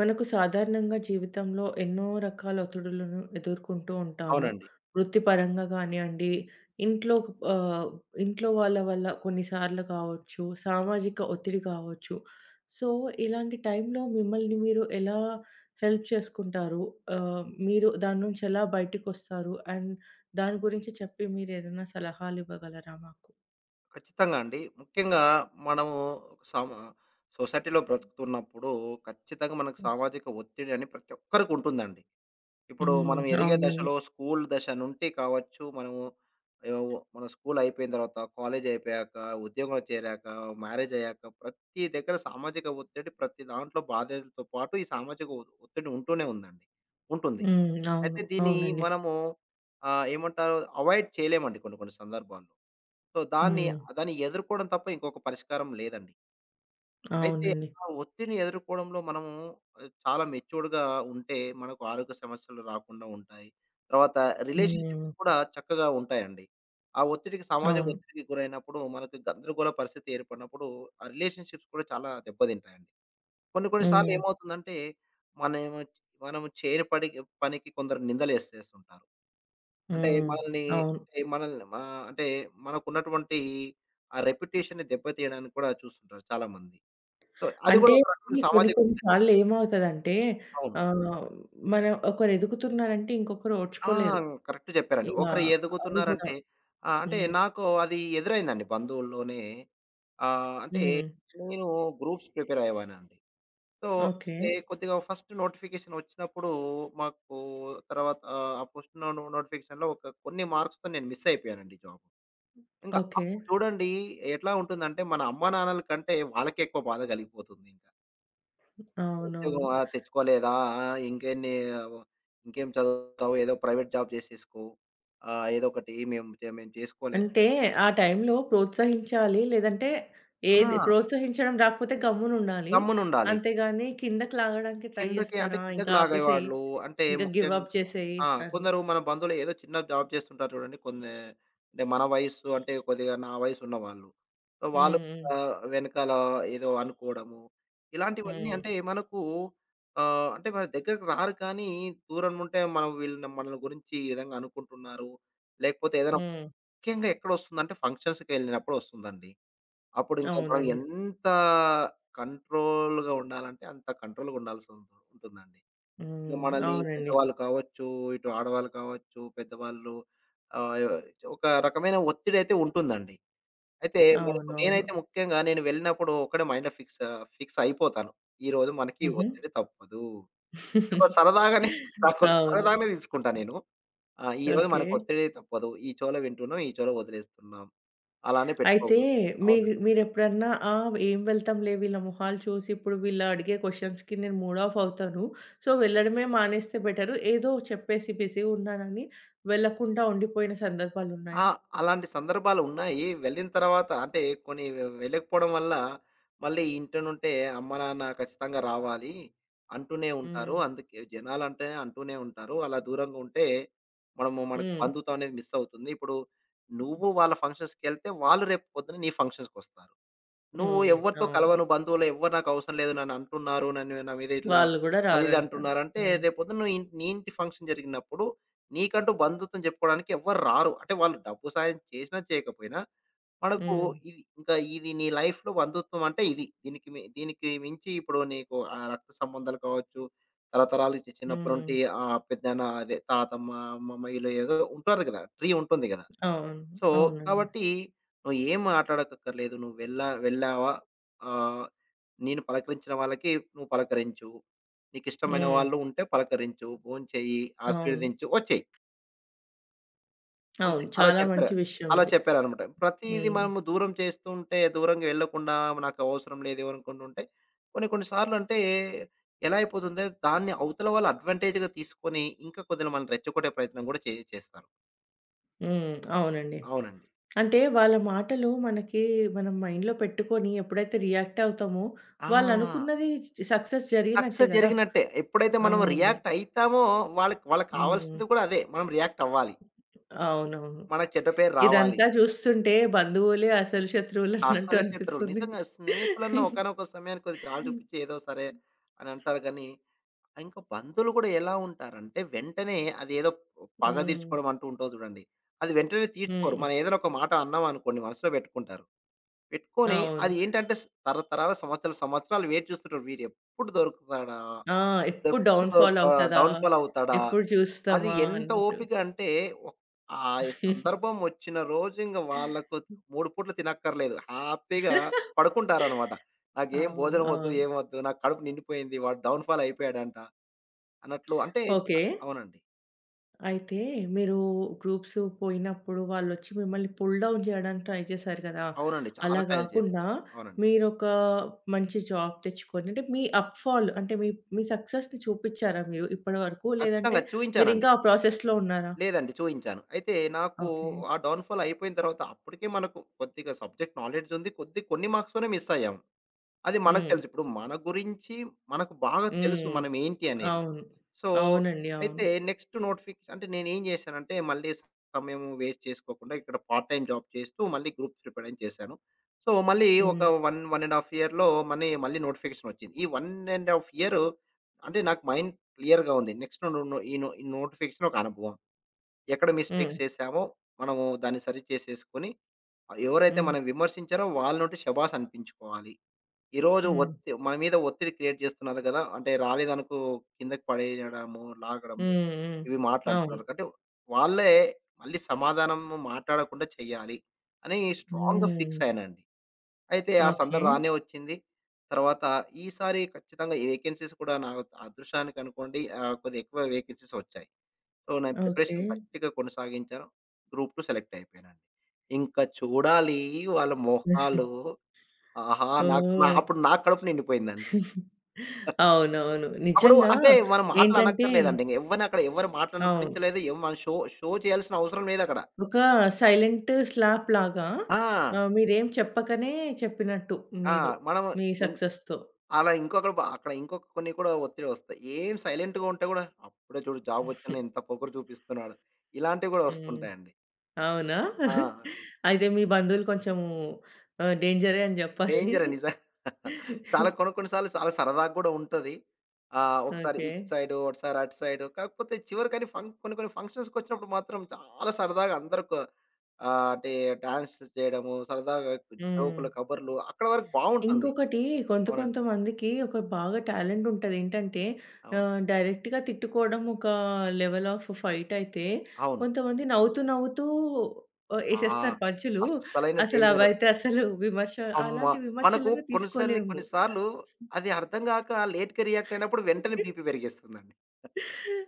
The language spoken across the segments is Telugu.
మనకు సాధారణంగా జీవితంలో ఎన్నో రకాల ఒత్తిడులను ఎదుర్కొంటూ ఉంటాము. అవునండి. వృత్తిపరంగా కానియండి, ఇంట్లో ఆహ్, ఇంట్లో వాళ్ళ వల్ల కొన్నిసార్లు కావచ్చు, సామాజిక ఒత్తిడి కావచ్చు. సో, ఇలాంటి టైంలో మిమ్మల్ని మీరు ఎలా హెల్ప్ చేసుకుంటారు? మీరు దాని నుంచి ఎలా బయటికొస్తారు? అండ్ దాని గురించి చెప్పి మీరేదైనా సలహాలు ఇవ్వగలరా మాకు? ఖచ్చితంగా అండి. ముఖ్యంగా మనము సమ సొసైటీలో బ్రతుకుతున్నప్పుడు ఖచ్చితంగా మనకు హ్మ్. సామాజిక ఒత్తిడి అని ప్రతి ఒక్కరికి ఉంటుందండి. ఇప్పుడు హ్మ్. మనం ఎదిగే అవునండి. దశలో స్కూల్ దశ నుండి కావచ్చు, మనము ఏవో మన స్కూల్ అయిపోయిన తర్వాత, కాలేజ్ అయిపోయాక, ఉద్యోగంలో చేరాక, మ్యారేజ్ అయ్యాక ప్రతి దగ్గర సామాజిక ఒత్తిడి ప్రతి దాంట్లో బాధ్యతలతో పాటు ఈ సామాజిక ఒత్తిడి ఉంటూనే ఉందండి. ఉంటుంది. హ్మ్. అయితే అవును. దీన్ని అవునండి. మనము ఏమంటారు అవాయిడ్ చేయలేమండి కొన్ని కొన్ని సందర్భాల్లో. సో, దాన్ని హ్మ్. దాన్ని ఎదుర్కోవడం తప్ప ఇంకొక పరిష్కారం లేదండి. అయితే అవునండి. ఆ ఒత్తిడిని ఎదుర్కోవడంలో మనము చాలా మెచ్యూర్డ్‌గా ఉంటే మనకు ఆరోగ్య సమస్యలు రాకుండా ఉంటాయి. తర్వాత రిలేషన్‌షిప్స్ హ్మ్. కూడా చక్కగా ఉంటాయండి. ఆ ఒత్తిడికి సామాజిక అవును. ఒత్తిడికి గురైనప్పుడు మనకు గందరగోళ పరిస్థితి ఏర్పడినప్పుడు ఆ రిలేషన్‌షిప్స్ కూడా చాలా దెబ్బతింటాయండి. కొన్ని కొన్ని సార్లు హ్మ్. ఏమవుతుందంటే మనము మనం చేయని పనికి కొందరు నిందలేసేస్తుంటారు. అంటే హ్మ్. మనల్ని అవును. అంటే మనల్ని మా అంటే మనకున్నటువంటి ఆ రెప్యుటేషన్‌ని దెబ్బతీయడానికి కూడా చూస్తుంటారు చాలామంది. సో, అది అంటే కూడా ఒక రకమైన ఈ కొన్ని సామాజిక కొన్ని ఒత్తిడి. సార్లు ఏమవుతదంటే అవును. ఆహ్, మనం ఒకరు ఎదుగుతున్నారంటే ఇంకొకరు ఆ! ఓర్చుకోలేరు. కరెక్ట్ చెప్పారండి. ఇగ ఒకరు అది గూడా. ఎదుగుతున్నారంటే అంటే హ్మ్. నాకు అది ఎదురైందండి బంధువుల్లోనే. అంటే హ్మ్. నేను గ్రూప్స్ ప్రిపేర్ అయ్యేవాడినండి. So, okay. అంటే కొద్దిగా ఫస్ట్ నోటిఫికేషన్ వచ్చినప్పుడు మాకు తర్వాత ఆ ఫస్ట్ నోటిఫికేషన్‌లో ఒక కొన్ని మార్క్స్‌తో నేను మిస్ అయిపోయానండి జాబ్. ఇంకా ఓకే. అప్పుడు చూడండి ఎట్లా ఉంటుందంటే, మన అమ్మానాన్నల కంటే వాళ్ళకే ఎక్కువ బాధ కలిగిపోతుంది ఇంకా. ఉద్యోగం అవునవును. ఆ! తెచ్చుకోలేదా? ఆ! ఇంకెన్ని ఆ, ఇంకేం చదువుతావు? ఏదో ప్రైవేట్ జాబ్ చేసేసుకో. ఏదో ఒకటి మేము చేసుకోలేం. అంటే ఆ టైంలో ప్రోత్సహించాలి. లేదంటే ఏది ఆ! ప్రోత్సహించడం రాకపోతే గమ్మునుండాలి. గమ్మునుండాలి. అంతేగాని కిందకి లాగడానికి ట్రై జేస్తారా? కిందకి ఇంకా ఆపేసేయి. లాగేవాళ్ళు. అంటే ఇంకా గివ్ ముఖ్యం అప్ చేసేయి ఆ! అని. కొందరు మన బంధువులు ఏదో చిన్న జాబ్ చేస్తుంటారు చూడండి. కొన్ని అంటే మన వయస్సు అంటే కొద్దిగా నా వయస్సు ఉన్నవాళ్ళు. సో, వాళ్ళు హ్మ్. హ్మ్. కూడా వెనకాల ఏదో అనుకోవడము. ఇలాంటివన్నీ హ్మ్. అంటే మనకు అంటే మన దగ్గరకి రారు కానీ దూరం నుంటే మనం వీళ్ళు మన గురించి ఈ విధంగా అనుకుంటున్నారు. లేకపోతే ఏదైనా హ్మ్. ముఖ్యంగా ఎక్కడొస్తుందంటే ఫంక్షన్స్‌కి వెళ్ళినప్పుడు వస్తుందండి. అప్పుడు ఇంకా మనం అవునండి. ఎంత కంట్రోల్‌గా ఉండాలంటే అంత కంట్రోల్‌గా ఉంటుందండి. ఇక హ్మ్. మనల్ని అవునండి. పెద్దవాళ్ళు కావచ్చు, ఇటు ఆడవాళ్ళు కావచ్చు, పెద్దవాళ్ళు ఆహ్, ఒక రకమైన ఒత్తిడైతే ఉంటుందండి. అయితే మనకు అవునవును. నేనైతే ముఖ్యంగా నేను వెళ్ళినప్పుడు ఒక్కడే మైండ్‌లో ఫిక్స్ ఫిక్స్ అయిపోతాను. ఈరోజు మనకి ఈ హుహు. ఒత్తిడి తప్పదు. ఒక సరదాగానే నాకు అవును. సరదాగానే తీసుకుంటా నేను. ఆ! ఈరోజు ఓకే. మనకు ఒత్తిడి తప్పదు. ఈ చెవిలో వింటున్నాం. ఈ చెవిలో వదిలేస్తున్నాం. అలానే అయితే పెట్టుకోకూడదు. మీ అవునండి. మీరెప్పుడన్నా ఏం వెళ్తాంలే వీళ్ళ మొహాలు చూసి ఇప్పుడు వీళ్ళు అడిగే క్వెషన్స్‌కి నేను మూడ్ ఆఫ్ అవుతాను. సో, వెళ్ళడమే మానేస్తే బెటరు. ఏదో చెప్పేసి బిజీగా ఉన్నానని వెళ్ళకుండా ఉండిపోయిన ఆ! సందర్భాలున్నాయా? అలాంటి సందర్భాలున్నాయి. వెళ్ళిన తర్వాత అంటే కొన్ని వెళ్ళకపోవడం వల్ల, మళ్ళీ ఇంటనుంటే అమ్మ, నాన్న ఖచ్చితంగా రావాలి అంటూనే హ్మ్. ఉంటారు. అందుకే జనాలంటే అంటూనే ఉంటారు. అలా దూరంగా ఉంటే మనకు హ్మ్. బంధుత్వం అనేది మిస్ అవుతుంది. ఇప్పుడు నువ్వు వాళ్ళ ఫంక్షన్స్‌కెళ్తే, వాళ్ళు రేపు పొద్దున నీ ఫంక్షన్స్‌కొస్తారు. నువ్వు హ్మ్. ఎవరితో అవును. కలవను, బంధువులు ఎవ్వరు నాకవసరం లేదు. నన్నంటున్నారు. నన్ను నా మీద ఇట్లా వాళ్ళు గూడా అది ఇది రారంటారు. అంటున్నారంటే, హ్మ్. రేపొద్దున నువ్వు నీ ఇంటి ఫంక్షన్ జరిగినప్పుడు, నీకంటూ బంధుత్వం చెప్పుకోవడానికి ఎవ్వరు రారు. అంటే వాళ్ళు డబ్బు సాయం చేసినా, చేయకపోయినా మనకు హ్మ్. ఇది ఇంకా ఇది నీ లైఫ్‌లో బంధుత్వం అంటే ఇది. దీనికి మించి ఇప్పుడు నీకు రక్త సంబంధాలు కావచ్చు, తరతరాలు చిన్నప్పటి హ్మ్. నుండి పెద్దనాన్న అదే తాతమ్మ, అమ్మమ్మ వీళ్ళు ఏదో ఉంటారు కదా! ట్రీ ఉంటుంది కదా! అవును. సో, అవునండి. కాబట్టి నువ్వు ఏం మాట్లాడకక్కర్లేదు. నువ్వు వెళ్ళావా? ఆహ్, నేను పలకరించిన వాళ్ళకి నువ్వు పలకరించు. నీకిష్టమైన హ్మ్. వాళ్ళు ఉంటే పలకరించు. భోంచేయి, అవును. ఆశీర్వదించు, వచ్చేయి. అంతే. అవును. అలా చాలా చెప్పారు. మంచి విషయం అలా ఇది. చెప్పారనమాట. ప్రతీది హ్మ్. మనము దూరం చేస్తుంటే, దూరంగా వెళ్ళకుండా నాకవసరం లేదు ఎవరనుకుంటుంటే, కొన్ని కొన్ని సార్లంటే ఎలా అయిపోతుందో దాన్ని అవతల వాళ్ళు అడ్వాంటేజ్‌గా తీసుకొని, ఇంకా కొద్దిగా మనల్ని రెచ్చగొట్టే ప్రయత్నం గూడా చేస్తారు. హ్మ్. అవునండి. అవునండి. అంటే వాళ్ళ మాటలు మనకి మనం మైండ్‌లో పెట్టుకొని ఎప్పుడైతే రియాక్ట్ అవుతామో, ఆ! వాళ్ళనుకున్నది సక్సెస్ జరిగినట్టే సక్సెస్ గదా! జరిగినట్టే. ఎప్పుడైతే మనం అవును. రియాక్ట్ అయితామో, వాళ్ళకి వాళ్ళకి హ్మ్. కావాల్సింది కూడా అదే. మనం రియాక్ట్ అవ్వాలి. అవునవును. మనకు చెడ్డ పేరు రావాలి. ఇదంతా చూస్తుంటే బంధువులే అసలు శత్రువులన్నట్టు అస్సలు శత్రువులు. అనిపిస్తుంది. నిజంగా స్నేహితులన్న ఒకానొక సమయానికి కొద్ది జాలి చూపించి ఏదో సరే అని అంటారు గానీ, ఇంకా బంధువులు కూడా ఎలా ఉంటారంటే, వెంటనే అదేదో పగ హ్మ్. తీర్చుకోవడం అంటూ ఉంటావు చూడండి. అది వెంటనే తీర్చుకోరు. హ్మ్. మనం ఏదైనా ఒక మాట అన్నాం అనుకోండి మనసులో పెట్టుకుంటారు. పెట్టుకొని అవును. అది ఏంటంటే తరతరాల సంవత్సరాలు, సంవత్సరాలు వెయిట్ చూస్తుంటారు. వీడెప్పుడు దొరుకుతాడా? ఆ! ఎప్పుడు ఎప్పుడు డౌన్ ఫాల్ దొరుకుతాడా? అవుతదా? డౌన్‌ఫాల్ అవుతాడా? ఎప్పుడు అది చూస్తామా ఎంత అన్నట్టు. ఓపిక అంటే ఒక్ ఆ సందర్భం వచ్చిన రోజు ఇంక వాళ్ళకు 3 పూటలు తినక్కర్లేదు. హ్యాపీగా పడుకుంటారనమాట. నాకేం అవును. భోజనం వద్దు, అవును. ఏం వద్దు. నాకు కడుపు నిండిపోయింది. వాడు డౌన్ ఫాల్ అయిపోయాడంట అన్నట్లు అంటే ఓకే. అవునండి. అయితే మీరు గ్రూప్స్ పోయినప్పుడు వాళ్ళొచ్చి మిమ్మల్ని పుల్ డౌన్ చేయడానికి ట్రై చేశారు కదా! అవునండి. చాలా అలా ట్రైల్ చేశాను. గాకుండా అవునండి. మీరొక మంచి జాబ్ తెచ్చుకొని అంటే మీ అప్‌ఫాల్ అంటే మీ మీ సక్సెస్‌ని చూపిచ్చారా మీరు ఇప్పటి వరకు? లేదంటే ఖచ్చితంగా చూయించానండి. మీరింకా ఆ ప్రాసెస్‌లో ఉన్నారా? లేదండి చూయించాను. అయితే నాకు ఓకే. ఆ డౌన్ ఫాల్ అయిపోయిన తర్వాత అప్పటికే మనకు కొద్దిగా సబ్జెక్ట్ నాలెడ్జ్ ఉంది. కొద్ది కొన్ని మార్క్స్‌తోనే మిస్ అయ్యాము. అది మనకు హ్మ్. తెలుసు. ఇప్పుడు మన గురించి మనకు బాగా తెలుసు హ్మ్. మనం ఏంటి అనేది. అవును. సో, అవునండి. అవును. అయితే నెక్స్ట్ నోటిఫికేషన్ అంటే నేనేం జేశానంటే, మళ్ళీ సమయం వేస్ట్ చేసుకోకుండా ఇక్కడ పార్ట్ టైమ్ జాబ్ చేస్తూ మళ్ళీ గ్రూప్ ప్రిపేరెన్స్ చేశాను. సో, మళ్ళీ ఒక హ్మ్. 1, 1 ½ ఇయర్‌లో మళ్ళీ మళ్ళీ నోటిఫికేషన్ వచ్చింది. ఈ 1 ½ ఇయర్ అంటే నాకు మైండ్ క్లియర్‌గా ఉంది. నెక్స్ట్ ను ను ఈ నో ఈ నోటిఫికేషన్ ఒక అనుభవం. ఎక్కడ హ్మ్. మిస్టేక్స్ చేశామో మనము దాన్ని సరి చేసేసుకొని, ఎవరైతే హ్మ్. మనం విమర్శించారో వాళ్ళ నుండి శభాస్ అనిపించుకోవాలి. ఈరోజు హ్మ్. మన మీద ఒత్తిడి క్రియేట్ చేస్తున్నారు కదా! అంటే రాలేదనుకో కిందకి పడేయడము, లాగడము హ్మ్. హ్మ్. ఇవి అవును. మాటలంటున్నారు. అంటే వాళ్ళే మళ్ళీ సమాధానం మాట్లాడకుండా చేయాలి అని స్ట్రాంగ్‌గా హ్మ్. ఫిక్స్ అయ్యానండి. అయితే ఆ ఓకే. సందర్భం రానే వచ్చింది. తర్వాత ఈసారి ఖచ్చితంగా ఈ వేకెన్సీస్ కూడా నా అదృష్టానికి అనుకోండి కొద్దిగా ఎక్కువ వేకెన్సీస్ వచ్చాయి. సో, నేను ఓకే. ప్రిపరేషన్ గట్టిగా కొనసాగించాను. గ్రూప్ 2 సెలెక్ట్ అయిపోయానండి. ఇంకా చూడాలి వాళ్ళ మొహాలు. ఆహా! నాకు ఓహ్! నా కడుపు నిండిపోయిందండి. అవునవును. అప్పుడు నిజంగా అంటే మనం మాటలు ఏంటంటే అనక్కర్లేదండి. ఇంక ఎవ్వరిని అక్కడ ఎవరు అవును. మాటలనిపించలేదు. ఎవ్ మనం షో షో చేయాల్సిన అవసరం లేదక్కడ. ఒక సైలెంట్ స్లాప్ లాగా ఆ! మీరేం చెప్పకనే చెప్పినట్టు ఆ! మీరు. మనం మీ ఎన్ సక్సెస్‌తో. అలా ఇంకొకడు అక్కడ ఇంకొక కొన్ని కూడా ఒత్తిడొస్తాయి. ఏం సైలెంట్‌గా ఉంటే కూడా అప్పుడే చూడు జాబొచ్చింది ఎంత పొగరు చూపిస్తున్నాడు. ఇలాంటివి కూడా హ్మ్. వస్తుంటాయండి. అవునా? ఆ! అయితే మీ బంధువులు కొంచెము డేంజరే అని జెప్పాలి. డేంజరే నిజం. చాలా కొన్ని కొన్ని సార్లు చాలా సరదాగా గూడా ఉంటది. ఒకసారి ఓకే. ఇటు సైడు, ఒకసారి అటు సైడు. కాకపోతే చివరికని కొన్ని కొన్ని ఫంక్షన్స్‌కొచ్చినప్పుడు మాత్రం చాలా సరదాగా అందరూ అంటే డాన్స్ చేయడము, సరదాగా హ్మ్. జోకులు, కబుర్లు అక్కడి వరకు బావుంటుంది. ఇంకొకటి అవునండి. కొంతమందికి ఒక బాగా టాలెంట్ ఉంటది. ఏంటంటే అవును. డైరెక్ట్‌గా తిట్టుకోవడం ఒక లెవెల్ ఆఫ్ ఫైట్ అయితే, అవును. కొంతమంది నవ్వుతూ నవ్వుతూ ఆ! ఎసేస్తారు పంచులు. అస్సలైన అసలు డేంజర్. అవైతే అసలు విమర్శ అమ్మ! అలాంటి మనకు విమర్శలను కొన్నిసార్లు తీసుకోలేము. కొన్ని సార్లు అది అర్థం గాక లేట్‌గా రియాక్ట్ అయినప్పుడు వెంటనే బీపీ పెరిగేస్తుందండి.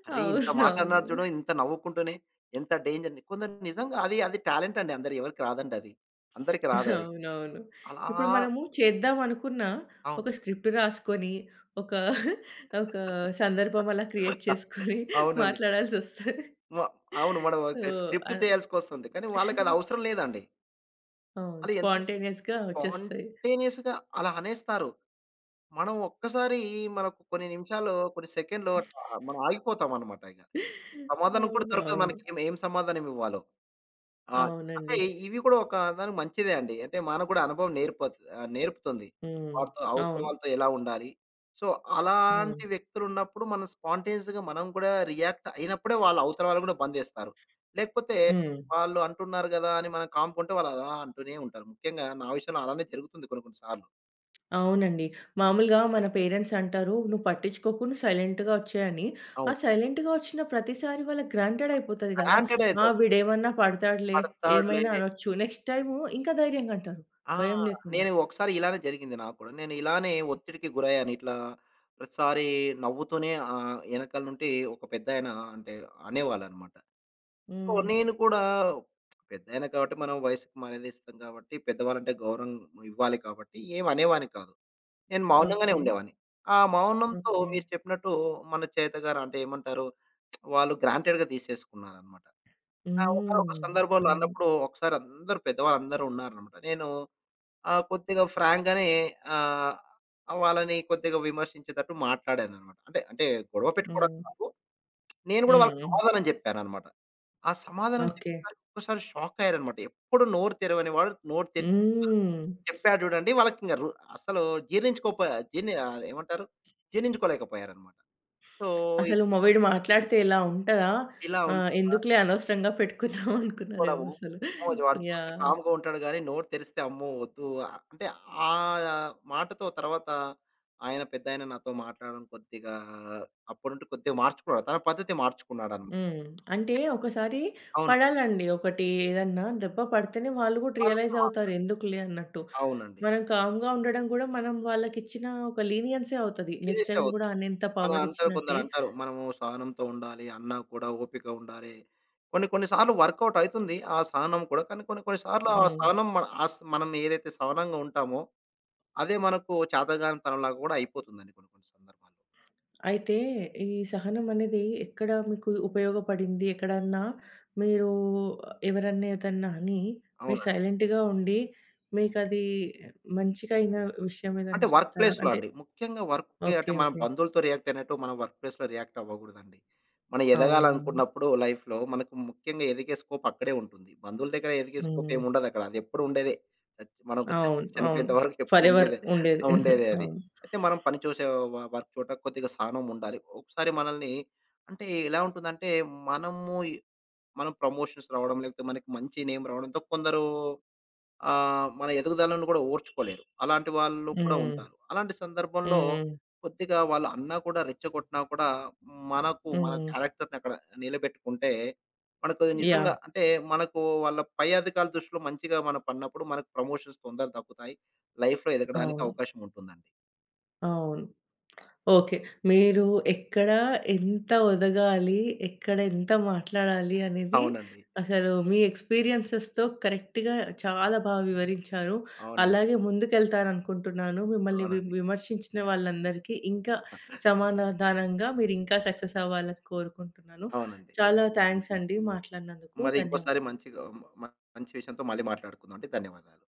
అరే! ఇంత మాట అవునవును. అన్నారు చూడు. ఇంత నవ్వుకుంటూనే ఎంత డేంజర్‌ని కొందరు నిజంగా అది అది టాలెంట్ అండి. అందరు ఎవరికి రాదండి అది. అందరికి రాదది. అవునవును. అలా ఇప్పుడు మనము చేద్దాం అనుకున్నా, ఒక అవును. స్క్రిప్ట్ రాసుకొని, ఒక ఒక సందర్భం అలా క్రియేట్ చేసుకొని అవునండి. మాట్లాడాల్సొస్తది. మ అవును. మనం సో, ఒక స్క్రిప్ట్ ఆహ్, చేయాల్సికొస్తుంది. కానీ వాళ్ళకది అవసరం లేదండి. అవును. అది ఎంత స్ స్పాంటేనియస్‌గా వచ్చేస్తాయి. స్పాంటేనియస్‌గా అలా అనేస్తారు. మనం ఒక్కసారి మనకు కొన్ని నిమిషాలు, కొన్ని సెకండ్‌లు అట్లా మనం ఆగిపోతామనమాట ఇక. సమాధానం కూడా దొరకదు అవునవును. మనకి. ఏం సమాధానం ఇవ్వాలో. ఆ! అంటే అవునండి. ఇవి కూడా ఒక దానికి మంచిదే అండి. అంటే మనకు కూడా అనుభవం నేర్పుతుంది. హ్మ్. అవతల అవును. వాళ్ళతో ఎలా ఉండాలి? సో, హ్మ్. అలాంటి వ్యక్తులున్నప్పుడు మనం స్పాంటేనియస్‌గా మనం కూడా రియాక్ట్ అయినప్పుడే అవతల వాళ్ళు కూడా బందేస్తారు. లేకపోతే హ్మ్. వాళ్ళు అంటున్నారు గదా! అని మనం కాముకుంటే వాళ్ళు అలా అంటూనే ఉంటారు. ముఖ్యంగా నా విషయంలో అలానే జరుగుతుంది కొన్ని కొన్ని సార్లు. అవునండి. మామూలుగా మన పేరెంట్స్ అంటారు, "నువ్వు పట్టించుకోకు, నువ్వు సైలెంట్‌గా ఒచ్చేయని." ఆ అవును. సైలెంట్‌గా ఒచ్చిన ప్రతిసారి వాళ్ళకి గ్రాంటెడ్ అయిపోతది గదా! గ్రాంటెడ్ అయితే ఆ! వీడేమన్నా పడతాడులే, పడతాడులే. ఏమైనా అనొచ్చు. నెక్స్ట్ టైము ఇంకా ధైర్యంగా అంటారు, ఆ! భయం లేకుండా. నేను ఒకసారి ఇలానే జరిగింది నాకు కూడా. నేను ఇలానే ఒత్తిడికి గురయ్యాను. ఇట్లా ప్రతిసారి నవ్వుతూనే ఎనకాల నుండి ఒక పెద్దాయన అంటే అనేవాళ్ళనమాట. సో, హ్మ్. నేను కూడా పెద్దాయన కాబట్టి మనం వయసుకి మర్యాదిస్తాం కాబట్టి, పెద్దవాళ్ళంటే గౌరవం ఇవ్వాలి కాబట్టి ఏమి అనేవాడిని కాదు. నేను మౌనంగానే ఓకే. ఉండేవాడిని. ఆ మౌనంతో ఓకే. మీరు చెప్పినట్టు మన చేతగాని అంటే ఏమంటారు వాళ్ళు గ్రాంటెడ్‌గా తీసేసుకున్నారనమాట. ఆ! హ్మ్. ఒకానొక సందర్భంలో అవును. అన్నప్పుడు ఒకసారి అందరూ పెద్దవాళ్ళందరూ ఉన్నారనమాట. నేను ఆ! కొద్దిగా ఫ్రాంక్ గానే ఆహ్, వాళ్ళని కొద్దిగా విమర్శించేటట్టు మాట్లాడాననమాట. అంటే, గొడవ పెట్టుకోవడం హ్మ్. కాదు. నేను గూడా వాళ్ళకి హ్మ్. సమాధానం జెప్పాననమాట. ఆ సమాధానం ఓకే. చెప్పేసరికి ఒక్కసారి షాక్ అయ్యారనమాట. ఎప్పుడు నోరు తెరవని వాడు నోరు తెరిచి హ్మ్. చెప్పాడు జూడండి. వాళ్ళకింక రు అసలు జీర్ణించుకోక ఏమంటారు? జీర్ణించుకోలేకపోయారనమాట. సో, అసలు మా వీడు మాట్లాడితే ఇలా ఉంటదా? ఇలా ఆ! ఉంటుంది. ఎందుకులే అనవసరంగా పెట్టుకున్నాం అనుకున్నారేమో తీసుకోవడము. అసలు. అవును. వాడు చూస్తే యాహ్! కామ్‌గా ఉంటాడు గానీ, నోరు తెరిస్తే అమ్మో! వద్దు అంటే ఆ మాటతో తర్వాత ఆయన పెద్దాయన నాతో మాట్లాడడం కొద్దిగా అప్పటి నుండి కొద్దిగా మార్చుకున్నాడు. తన పద్ధతి మార్చుకున్నాడన్నమాట. హ్మ్. అంటే ఒకసారి అవునండి. పడాలండి. ఒకటి ఏదన్నా దెబ్బ పడితేనే వాళ్ళు గూడా వాళ్ళు కూడా రియలైజ్ మా అవుతారు ఎందుకులే అన్నట్టు. అవునండి. మనం కామ్‌గా ఉండడం గూడా మనం వాళ్ళకిచ్చిన ఒక లీనియన్సే అవుతది. నెక్స్ట్ సీరియస్‌గా టైమ్ అవుతుంది. గూడా అనేంత మనం పవర్ అంటారు ఇచ్చినట్టే. కొందరంటారు. మనము సహనంతో ఉండాలి. అన్నా కూడా ఓపిక ఉండాలి. కొన్ని కొన్ని సార్లు వర్కౌట్ అయితుంది. ఆ సహనం కూడా. కానీ కొన్ని కొన్ని సార్లు ఆ హ్మ్. సహనం మన ఆస్ మనం ఏదైతే సహనంగా ఉంటామో, అదే మనకు చేతగానితనంలాగా కూడా అయిపోతుందండి కొన్ని కొన్ని సందర్భాల్లో. అయితే ఈ సహనం అనేది ఎక్కడ మీకు ఉపయోగపడింది? ఎక్కడన్నా మీరు ఎవరన్నా ఏదన్నా అని మీరు అవును. సైలెంట్‌గా ఉండి మీకది మంచిగయిన విషయం అంటే ఏదన్నా వర్క్ చెప్తారా? ప్లేస్‌లో అంటే అండి. ముఖ్యంగా వర్క్ ప్లే అంటే ఓకే. మనం ఓకే. బంధువులతో రియాక్ట్ అయినట్టు మనం వర్క్ ప్లేస్‌లో రియాక్ట్ అవ్వకూడదండి. మనం అవునవును. ఎదగాలనుకున్నప్పుడు లైఫ్‌లో మనకు ముఖ్యంగా ఎదిగే స్కోప్ అక్కడే ఉంటుంది. బంధువుల దగ్గర ఎదిగే స్కోప్ హ్మ్. ఏమి ఉండదక్కడ. అది ఎప్పుడు ఉండేదే. మనకు అవును. అవును. చనిపోయేంత వరకు ఎప్పుడు ఫరెవర్ ఉండేదే. ఉండేది. ఆ! ఉండేదే అది. అవును. అయితే మనం పని చూసే వర్క్ చోట కొద్దిగా సహనం ఉండాలి. ఒకసారి మనల్ని అంటే ఎలా ఉంటుందంటే మనము మనం ప్రమోషన్స్ రావడం లేకపోతే మనకి మంచి నేమ్ రావడంతో కొందరు మన ఎదుగుదలను కూడా ఓర్చుకోలేరు. అలాంటి వాళ్ళు కూడా హ్మ్. ఉంటారు. అలాంటి సందర్భంలో హ్మ్. కొద్దిగా వాళ్ళు అన్నా కూడా రెచ్చగొట్టినా కూడా మనకు మన హ్మ్. క్యారెక్టర్‌ని అక్కడ నిలబెట్టుకుంటే, మనకు నిజంగా యాహ్! అంటే మనకు వాళ్ళ పై అధికారుల దృష్టిలో మంచిగా మనం పడినప్పుడు మనకు ప్రమోషన్స్ తొందరగా దక్కుతాయి. లైఫ్‌లో ఎదగడానికి అవును. అవకాశం ఉంటుందండి. అవును. ఓకే. మీరు ఎక్కడ ఎంత ఒదగాలి, ఎక్కడ ఎంత మాట్లాడాలి అనేది అవునండి. అసలు మీ ఎక్స్‌పీరియన్సెస్‌తో కరెక్ట్‌గా చాలా బా వివరించారు. అవునండి. అలాగే ముందుకెళ్తారనుకుంటున్నాను. మిమ్మల్ని అవునండి. విమర్శించిన వాళ్ళందరికీ ఇంకా సమాధానంగా మీరింకా సక్సెస్ అవ్వాలని కోరుకుంటున్నాను. అవునండి. చాలా థ్యాంక్స్ అండి మాట్లాడినందుకు. మరి ఇంకోసారి ధన్యవాదాలు. మంచిగా మ మంచి విషయంతో మళ్ళీ మాట్లాడుకుందాం అండి. ధన్యవాదాలు.